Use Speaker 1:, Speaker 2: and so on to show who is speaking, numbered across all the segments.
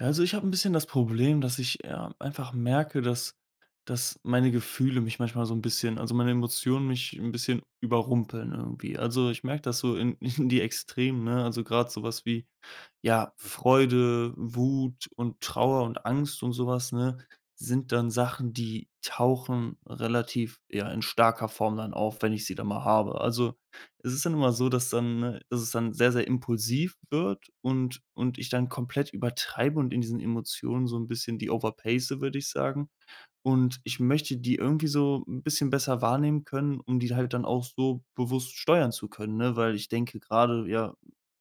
Speaker 1: Ja, Also, ich habe ein bisschen das Problem, dass ich, ja, einfach merke, dass meine Gefühle mich manchmal so ein bisschen meine Emotionen mich ein bisschen überrumpeln irgendwie. Also, ich merke das so in in die Extremen, ne? Also, gerade sowas wie, ja, Freude, Wut und Trauer und Angst und sowas, ne, sind dann Sachen, die tauchen relativ, ja, in starker Form dann auf, wenn ich sie dann mal habe. Also, es ist dann immer so, dass dann ne, dass es dann sehr, sehr impulsiv wird und ich dann komplett übertreibe und in diesen Emotionen so ein bisschen die overpace, würde ich sagen. Und ich möchte die irgendwie so ein bisschen besser wahrnehmen können, um die halt dann auch so bewusst steuern zu können, ne? Weil ich denke gerade ja,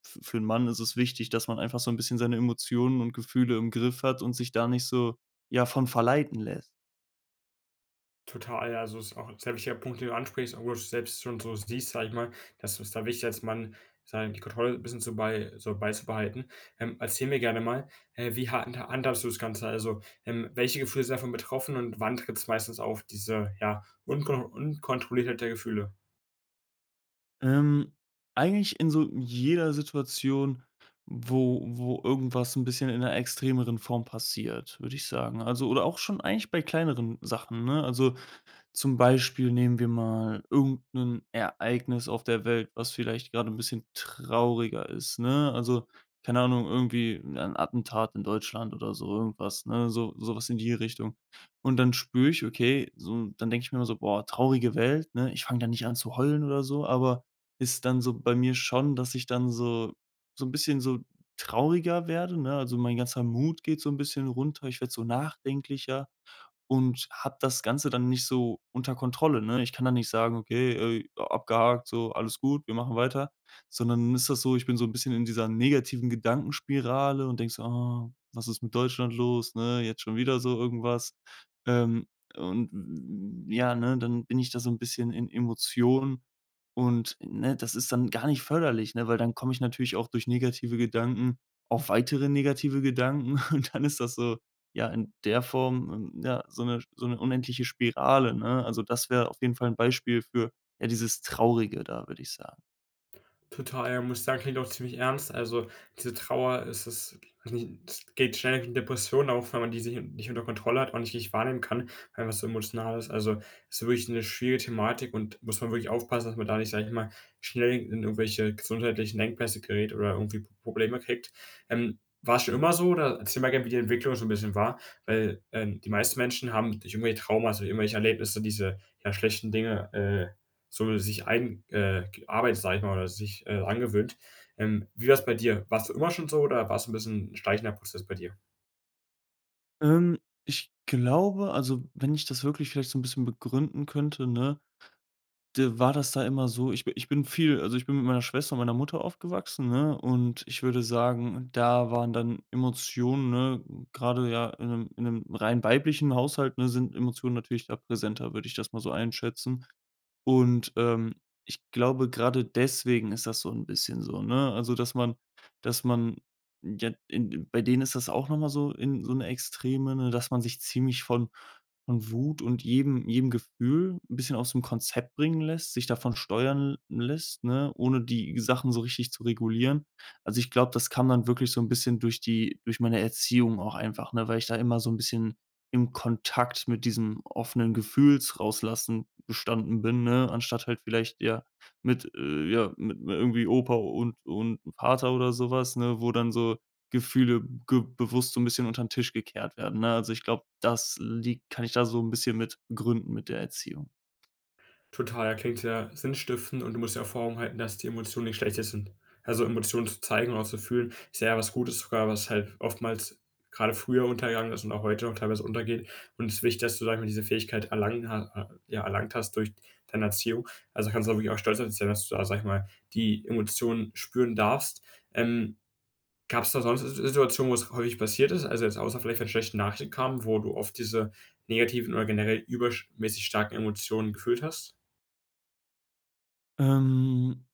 Speaker 1: f für einen Mann ist es wichtig, dass man einfach so ein bisschen seine Emotionen und Gefühle im Griff hat und sich da nicht so, ja, von verleiten lässt.
Speaker 2: Total, also ist auch 'n sehr wichtiger Punkt, den du ansprichst, obwohl du's selbst schon so siehst, sage ich mal, dass es da wichtig ist, man seine die Kontrolle ein bisschen zu bei so beizubehalten. Erzähl mir gerne mal, wie handhabst du das Ganze? Also, welche Gefühle sind davon betroffen und wann tritt es meistens auf, diese, ja, unkontrollierte Gefühle?
Speaker 1: Ähm, Eigentlich in so jeder Situation, wo irgendwas ein bisschen in einer extremeren Form passiert, würde ich sagen. Also oder auch schon eigentlich bei kleineren Sachen, ne? Also, zum Beispiel nehmen wir mal irgendein Ereignis auf der Welt, was vielleicht gerade ein bisschen trauriger ist, ne? Also, keine Ahnung, irgendwie ein Attentat in Deutschland oder so irgendwas, ne? So sowas in die Richtung. Und dann spüre ich, okay, so dann denke ich mir immer so: „Boah, traurige Welt“, ne? Ich fange da nicht an zu heulen oder so, aber ist dann so bei mir schon, dass ich dann so ein bisschen so trauriger werde, ne? Also, mein ganzer Mut geht so ein bisschen runter, ich werde so nachdenklicher und habe das Ganze dann nicht so unter Kontrolle, ne? Ich kann dann nicht sagen: „Okay, abgehakt, so, alles gut, wir machen weiter.“ Sondern ist das so, ich bin so ein bisschen in dieser negativen Gedankenspirale und denke so: „Ah, was ist mit Deutschland los, ne? Jetzt schon wieder so irgendwas.“ Ähm, und w ja, ne, dann bin ich da so ein bisschen in Emotionen und, ne, das ist dann gar nicht förderlich, ne, weil dann komme ich natürlich auch durch negative Gedanken auf weitere negative Gedanken und dann ist das so ja, in der Form, ja, so eine unendliche Spirale, ne? Also, das wäre auf jeden Fall ein Beispiel für, ja, dieses Traurige da, würde ich sagen.
Speaker 2: Total, ja, muss ich sagen, klingt auch ziemlich ernst. Also, diese Trauer ist es geht schnell in Depressionen auf, wenn man die sich nicht unter Kontrolle hat, und nicht richtig wahrnehmen kann, weil was so emotional ist. Also, es ist wirklich eine schwierige Thematik und muss man wirklich aufpassen, dass man da nicht, sage ich mal, schnell in irgendwelche gesundheitlichen Engpässe gerät oder irgendwie P Probleme kriegt. War es schon immer so oder erzähl mal gerne, wie die Entwicklung so ein bisschen war, weil, die meisten Menschen haben durch irgendwelche Traumata, irgendwelche Erlebnisse diese, ja, schlechten Dinge, so sich eingearbeitet, sag ich mal, oder sich angewöhnt. Wie war es bei dir? Warst du immer schon so oder war es ein bisschen 'n schleichender Prozess bei dir?
Speaker 1: Ähm, Ich glaube also, wenn ich das wirklich vielleicht so ein bisschen begründen könnte, ne, d war das da immer so ich bin viel also, ich bin mit meiner Schwester und meiner Mutter aufgewachsen, ne, und ich würde sagen, da waren dann Emotionen, ne gerade ja in einem in 'nem rein weiblichen Haushalt, ne, sind Emotionen natürlich da präsenter, würde ich das mal so einschätzen. Und, ich glaube, gerade deswegen ist das so ein bisschen so, ne? Also, dass man ja, in bei denen ist das auch noch mal so in so eine Extreme, ne, dass man sich ziemlich von Wut und jedem Gefühl ein bisschen aus dem Konzept bringen lässt, sich davon steuern lässt, ne, ohne die Sachen so richtig zu regulieren. Also, ich glaube, das kam dann wirklich so ein bisschen durch die durch meine Erziehung auch einfach, ne, weil ich da immer so ein bisschen im Kontakt mit diesem offenen Gefühlsrauslassen bestanden bin, ne, anstatt halt vielleicht, ja, mit irgendwie Opa und Vater oder sowas, ne, wo dann so Gefühle ge bewusst so ein bisschen unter den Tisch gekehrt werden, ne? Also, ich glaube, das liegt kann ich da so ein bisschen mit begründen mit der Erziehung.
Speaker 2: Total, ja, klingt ja sinnstiftend und du musst ja auch vor Augen halten, dass die Emotionen nicht Schlechtes sind. Also, Emotionen zu zeigen und auch zu fühlen, ist ja was Gutes sogar, was halt oftmals gerade früher untergegangen ist und auch heute noch teilweise untergeht. Und es ist wichtig, dass du, sag ich mal, diese Fähigkeit erlangen ha ja, erlangt hast durch deine Erziehung. Also, kannst du da wirklich auch stolz auf dich sein, dass du da, sag ich mal, die Emotionen spüren darfst. Ähm, Gab es da sonst S Situationen, wo es häufig passiert ist? Also, jetzt außer vielleicht, wenn schlechte Nachrichten kamen, wo du oft diese negativen oder generell übermäßig starken Emotionen gefühlt hast?
Speaker 1: Ähm,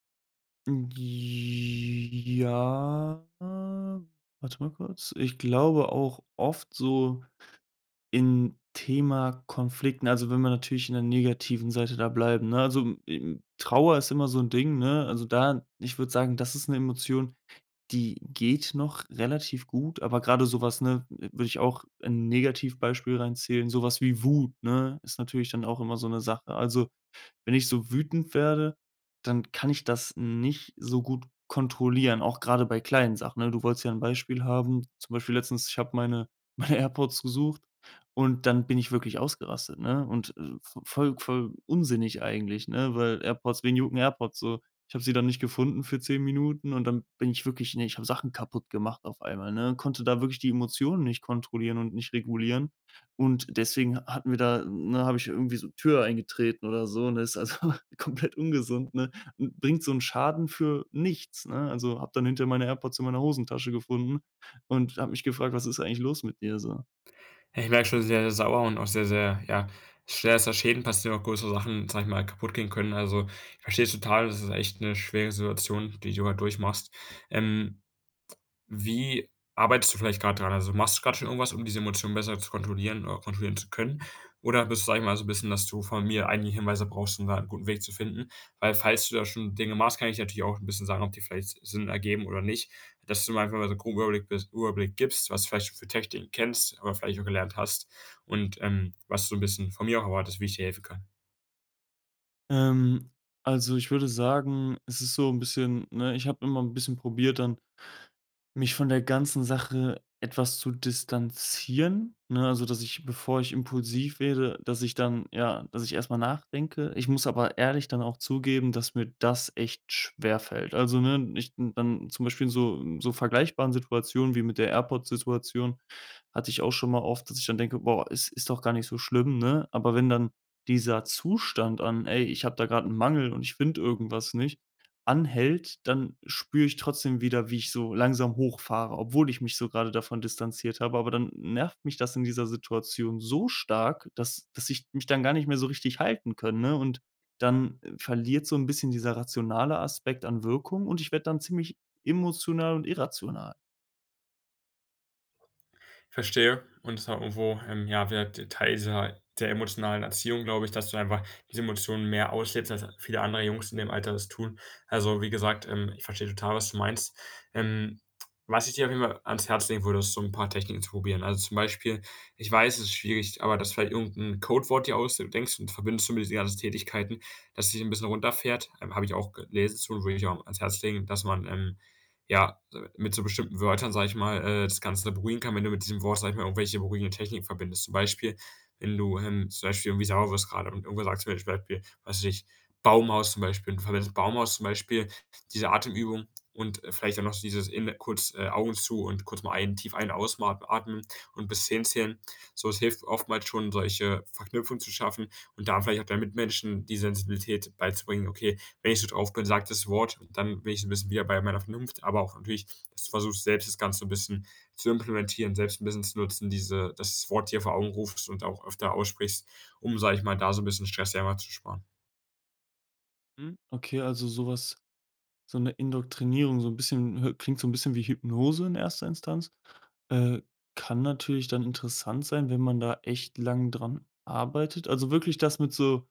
Speaker 1: ja, warte mal kurz. Ich glaube auch oft so in Thema Konflikten, also wenn wir natürlich in der negativen Seite da bleiben, ne? Also, m Trauer ist immer so ein Ding, ne? Also da ich würde sagen, das ist eine Emotion, die geht noch relativ gut, aber gerade sowas, ne, würde ich auch ein Negativbeispiel reinzählen, sowas wie Wut, ne, ist natürlich dann auch immer so eine Sache. Also wenn ich so wütend werde, dann kann ich das nicht so gut kontrollieren, auch gerade bei kleinen Sachen, ne? Du wolltest ja 'n Beispiel haben. Zum Beispiel letztens, ich habe meine meine AirPods gesucht und dann bin ich wirklich ausgerastet, ne? Und, v voll unsinnig eigentlich, ne? Weil AirPods wen jucken AirPods so? Ich habe sie dann nicht gefunden für 10 Minuten und dann bin ich wirklich ne, ich habe Sachen kaputt gemacht auf einmal, ne? Konnte da wirklich die Emotionen nicht kontrollieren und nicht regulieren. Und deswegen hatten wir da ne, habe ich irgendwie so Tür eingetreten oder so, ne? Ist also komplett ungesund, ne? Und bringt so einen Schaden für nichts, ne? Also, habe dann hinter meine AirPods in meiner Hosentasche gefunden und habe mich gefragt: „Was ist eigentlich los mit dir so?“
Speaker 2: Ja, ich wäre schon sehr, sehr sauer und auch sehr, sehr ja, schwer, dass da Schäden passieren, auch größere Sachen, sage ich mal, kaputt gehen können. Also, ich verstehe es total, das ist echt eine schwere Situation, die du halt durchmachst. Ähm, Wie arbeitest du vielleicht gerade dran? Also, machst du gerade schon irgendwas, um diese Emotionen besser zu kontrollieren oder kontrollieren zu können? Oder bist du, sage ich mal, so ein bisschen, dass du von mir einige Hinweise brauchst, um da einen guten Weg zu finden? Weil falls du da schon Dinge machst, kann ich natürlich auch ein bisschen sagen, ob die vielleicht Sinn ergeben oder nicht, dass du mir einfach mal so einen groben Überblick bis Überblick gibst, was du vielleicht schon für Techniken kennst, aber vielleicht auch gelernt hast und, was du so ein bisschen von mir auch erwartest, wie ich dir helfen kann.
Speaker 1: Ähm, also, ich würde sagen, es ist so ein bisschen ne, ich habe immer ein bisschen probiert dann mich von der ganzen Sache etwas zu distanzieren, ne? Also, dass ich, bevor ich impulsiv werde, dass ich dann ja, dass ich erstmal nachdenke. Ich muss aber ehrlich dann auch zugeben, dass mir das echt schwer fällt. Also, ne, ich dann zum Beispiel in so vergleichbaren Situationen wie mit der AirPods-Situation hatte ich auch schon mal oft, dass ich dann denke: „Boah, es ist doch gar nicht so schlimm“, ne? Aber wenn dann dieser Zustand an: „Ey, ich habe da gerade einen Mangel und ich finde irgendwas nicht“, anhält, dann spüre ich trotzdem wieder, wie ich so langsam hochfahre, obwohl ich mich so gerade davon distanziert habe. Aber dann nervt mich das in dieser Situation so stark, dass ich mich dann gar nicht mehr so richtig halten kann, ne? Und dann verliert so ein bisschen dieser rationale Aspekt an Wirkung und ich werde dann ziemlich emotional und irrational.
Speaker 2: Verstehe. Und das war irgendwo, ja, wieder d Teil dieser der emotionalen Erziehung, glaube ich, dass du einfach diese Emotionen mehr auslebst, als viele andere Jungs in dem Alter das tun. Also, wie gesagt, ich verstehe total, was du meinst. Ähm, was ich dir auf jeden Fall ans Herz legen würde, ist so ein paar Techniken zu probieren. Also, zum Beispiel, ich weiß, es ist schwierig, aber dass vielleicht irgendein Codewort dir ausdenkst und verbindest du mit diesen ganzen Tätigkeiten, dass es dich ein bisschen runterfährt. Habe ich auch gelesen zu, und würde ich auch ans Herz legen, dass man, ja, mit so bestimmten Wörtern, sage ich mal, das Ganze da beruhigen kann, wenn du mit diesem Wort, sage ich mal, irgendwelche beruhigenden Techniken verbindest. Zum Beispiel, wenn du, zum Beispiel irgendwie sauer wirst gerade und irgendwer sagt zum Beispiel, was weiß ich, Baumhaus zum Beispiel. Und du verwendest Baumhaus zum Beispiel, diese Atemübung und, vielleicht auch noch so dieses in kurz, Augen zu und kurz mal ein Ausatmen und bis 10 zählen. So, es hilft oftmals schon, solche Verknüpfungen zu schaffen und da vielleicht auch deinen Mitmenschen die Sensibilität beizubringen: „Okay, wenn ich so drauf bin, sage das Wort, dann bin ich so ein bisschen wieder bei meiner Vernunft“, aber auch natürlich, dass du versuchst, selbst das Ganze so ein bisschen zu implementieren, selbst ein bisschen zu nutzen, diese das Wort dir vor Augen rufst und auch öfter aussprichst, um, sage ich mal, da so ein bisschen Stress selber zu sparen.
Speaker 1: Mhm. Okay, also sowas. So eine Indoktrinierung, so ein bisschen hö klingt so ein bisschen wie Hypnose in erster Instanz. Äh, Kann natürlich dann interessant sein, wenn man da echt lang dran arbeitet. Also, wirklich das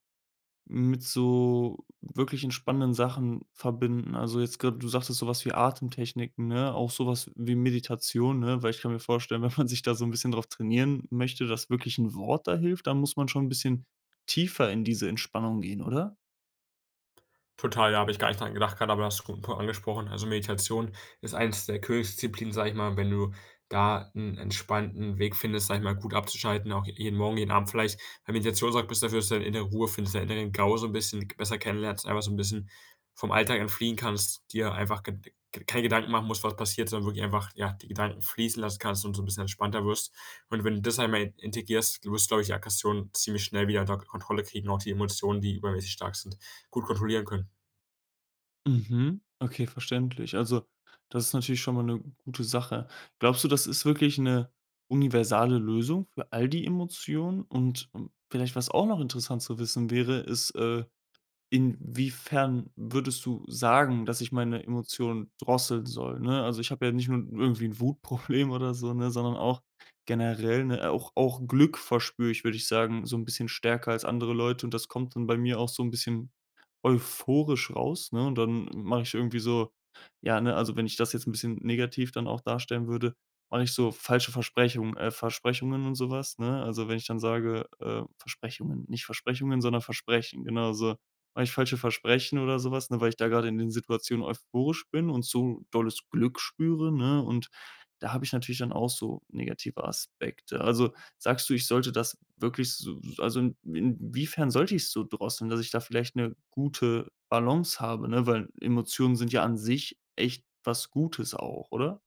Speaker 1: mit so wirklich entspannenden Sachen verbinden. Also, jetzt grad du sagtest so was wie Atemtechniken, ne, auch sowas wie Meditation, ne? Weil ich kann mir vorstellen, wenn man sich da so ein bisschen drauf trainieren möchte, dass wirklich ein Wort da hilft, dann muss man schon ein bisschen tiefer in diese Entspannung gehen, oder?
Speaker 2: Total, da habe ich gar nicht dran gedacht grad, aber das hast du angesprochen. Also, Meditation ist eins der Königsdisziplinen, sage ich mal, wenn du da einen entspannten Weg findest, sage ich mal, gut abzuschalten, auch jeden Morgen, jeden Abend vielleicht. Bei Meditation sorgt bist dafür, dass du deine innere Ruhe findest, deinen inneren Gau so ein bisschen besser kennenlernst, einfach so ein bisschen vom Alltag entfliehen kannst, dir einfach Ged g keine Gedanken machen musst, was passiert, sondern wirklich einfach, ja, die Gedanken fließen lassen kannst und so ein bisschen entspannter wirst. Und wenn du das einmal in integrierst, wirst du, glaube ich, die Aggression ziemlich schnell wieder unter Kontrolle kriegen, auch die Emotionen, die übermäßig stark sind, gut kontrollieren können.
Speaker 1: Mhm. Okay, verständlich. Also, das ist natürlich schon mal eine gute Sache. Glaubst du, das ist wirklich eine universale Lösung für all die Emotionen? Und, vielleicht, was auch noch interessant zu wissen wäre, ist, inwiefern würdest du sagen, dass ich meine Emotionen drosseln soll, ne? Also, ich habe ja nicht nur irgendwie ein Wutproblem oder so, ne, sondern auch generell, ne auch Glück verspüre ich, würde ich sagen, so ein bisschen stärker als andere Leute und das kommt dann bei mir auch so ein bisschen euphorisch raus, ne? Und dann mache ich irgendwie so ja, ne, also wenn ich das jetzt ein bisschen negativ dann auch darstellen würde, mache ich so falsche Versprechungen und sowas, ne? Also, wenn ich dann sage, Versprechungen, nicht Versprechungen, sondern Versprechen, genau so. Mache ich falsche Versprechen oder sowas, ne, weil ich da gerade in den Situationen euphorisch bin und so dolles Glück spüre, ne? Und da habe ich natürlich dann auch so negative Aspekte. Also, sagst du, ich sollte das wirklich so also in inwiefern sollte ich es so drosseln, dass ich da vielleicht eine gute Balance habe, ne? Weil Emotionen sind ja an sich echt was Gutes auch, oder?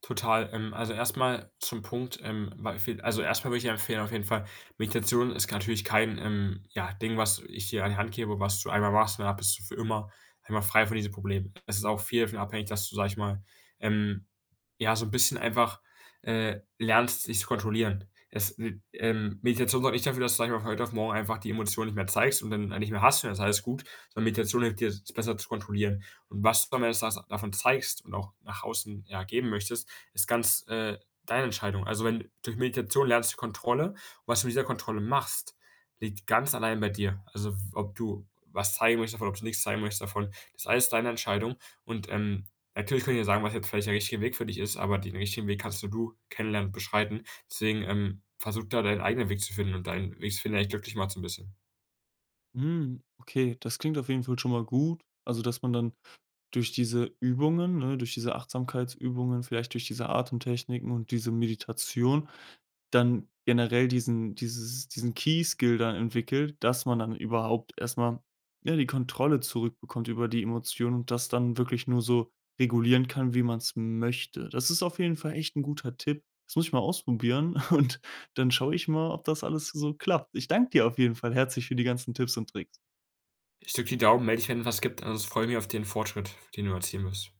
Speaker 2: Total. Also erstmal zum Punkt, weil viel also erstmal würde ich dir empfehlen, auf jeden Fall: Meditation ist natürlich kein, ja, Ding, was ich dir an die Hand gebe, was du einmal machst und dann bist du für immer einmal frei von diesem Problem. Es ist auch viel davon abhängig, dass du, sag ich mal, ähm, ja, so ein bisschen einfach, lernst, dich zu kontrollieren. Es Meditation sorgt nicht dafür, dass du, sag ich mal, von heute auf morgen einfach die Emotionen nicht mehr zeigst und dann nicht mehr hast und dann ist alles gut, sondern Meditation hilft dir, es besser zu kontrollieren. Und was du am Ende des Tages davon zeigst und auch nach außen, ja, geben möchtest, ist ganz, deine Entscheidung. Also, wenn, durch Meditation lernst du Kontrolle. Was du mit dieser Kontrolle machst, liegt ganz allein bei dir. Also, ob du was zeigen möchtest davon, ob du nichts zeigen möchtest davon, das ist alles deine Entscheidung. Und, natürlich können wir sagen, was jetzt vielleicht der richtige Weg für dich ist, aber den richtigen Weg kannst nur du kennenlernen und beschreiten. Deswegen, versuch da deinen eigenen Weg zu finden und deinen Weg zu finden, der dich glücklich macht so ein bisschen.
Speaker 1: Hm, okay, das klingt auf jeden Fall schon mal gut. Also, dass man dann durch diese Übungen, ne, durch diese Achtsamkeitsübungen, vielleicht durch diese Atemtechniken und diese Meditation dann generell diesen Key-Skill dann entwickelt, dass man dann überhaupt erstmal ja, die Kontrolle zurückbekommt über die Emotionen und das dann wirklich nur so regulieren kann, wie man es möchte. Das ist auf jeden Fall echt ein guter Tipp. Das muss ich mal ausprobieren und dann schaue ich mal, ob das alles so klappt. Ich danke dir auf jeden Fall herzlich für die ganzen Tipps und Tricks.
Speaker 2: Ich drücke die Daumen, melde dich, wenn es was gibt. Ansonsten freue ich mich auf den Fortschritt, den du erzielen wirst.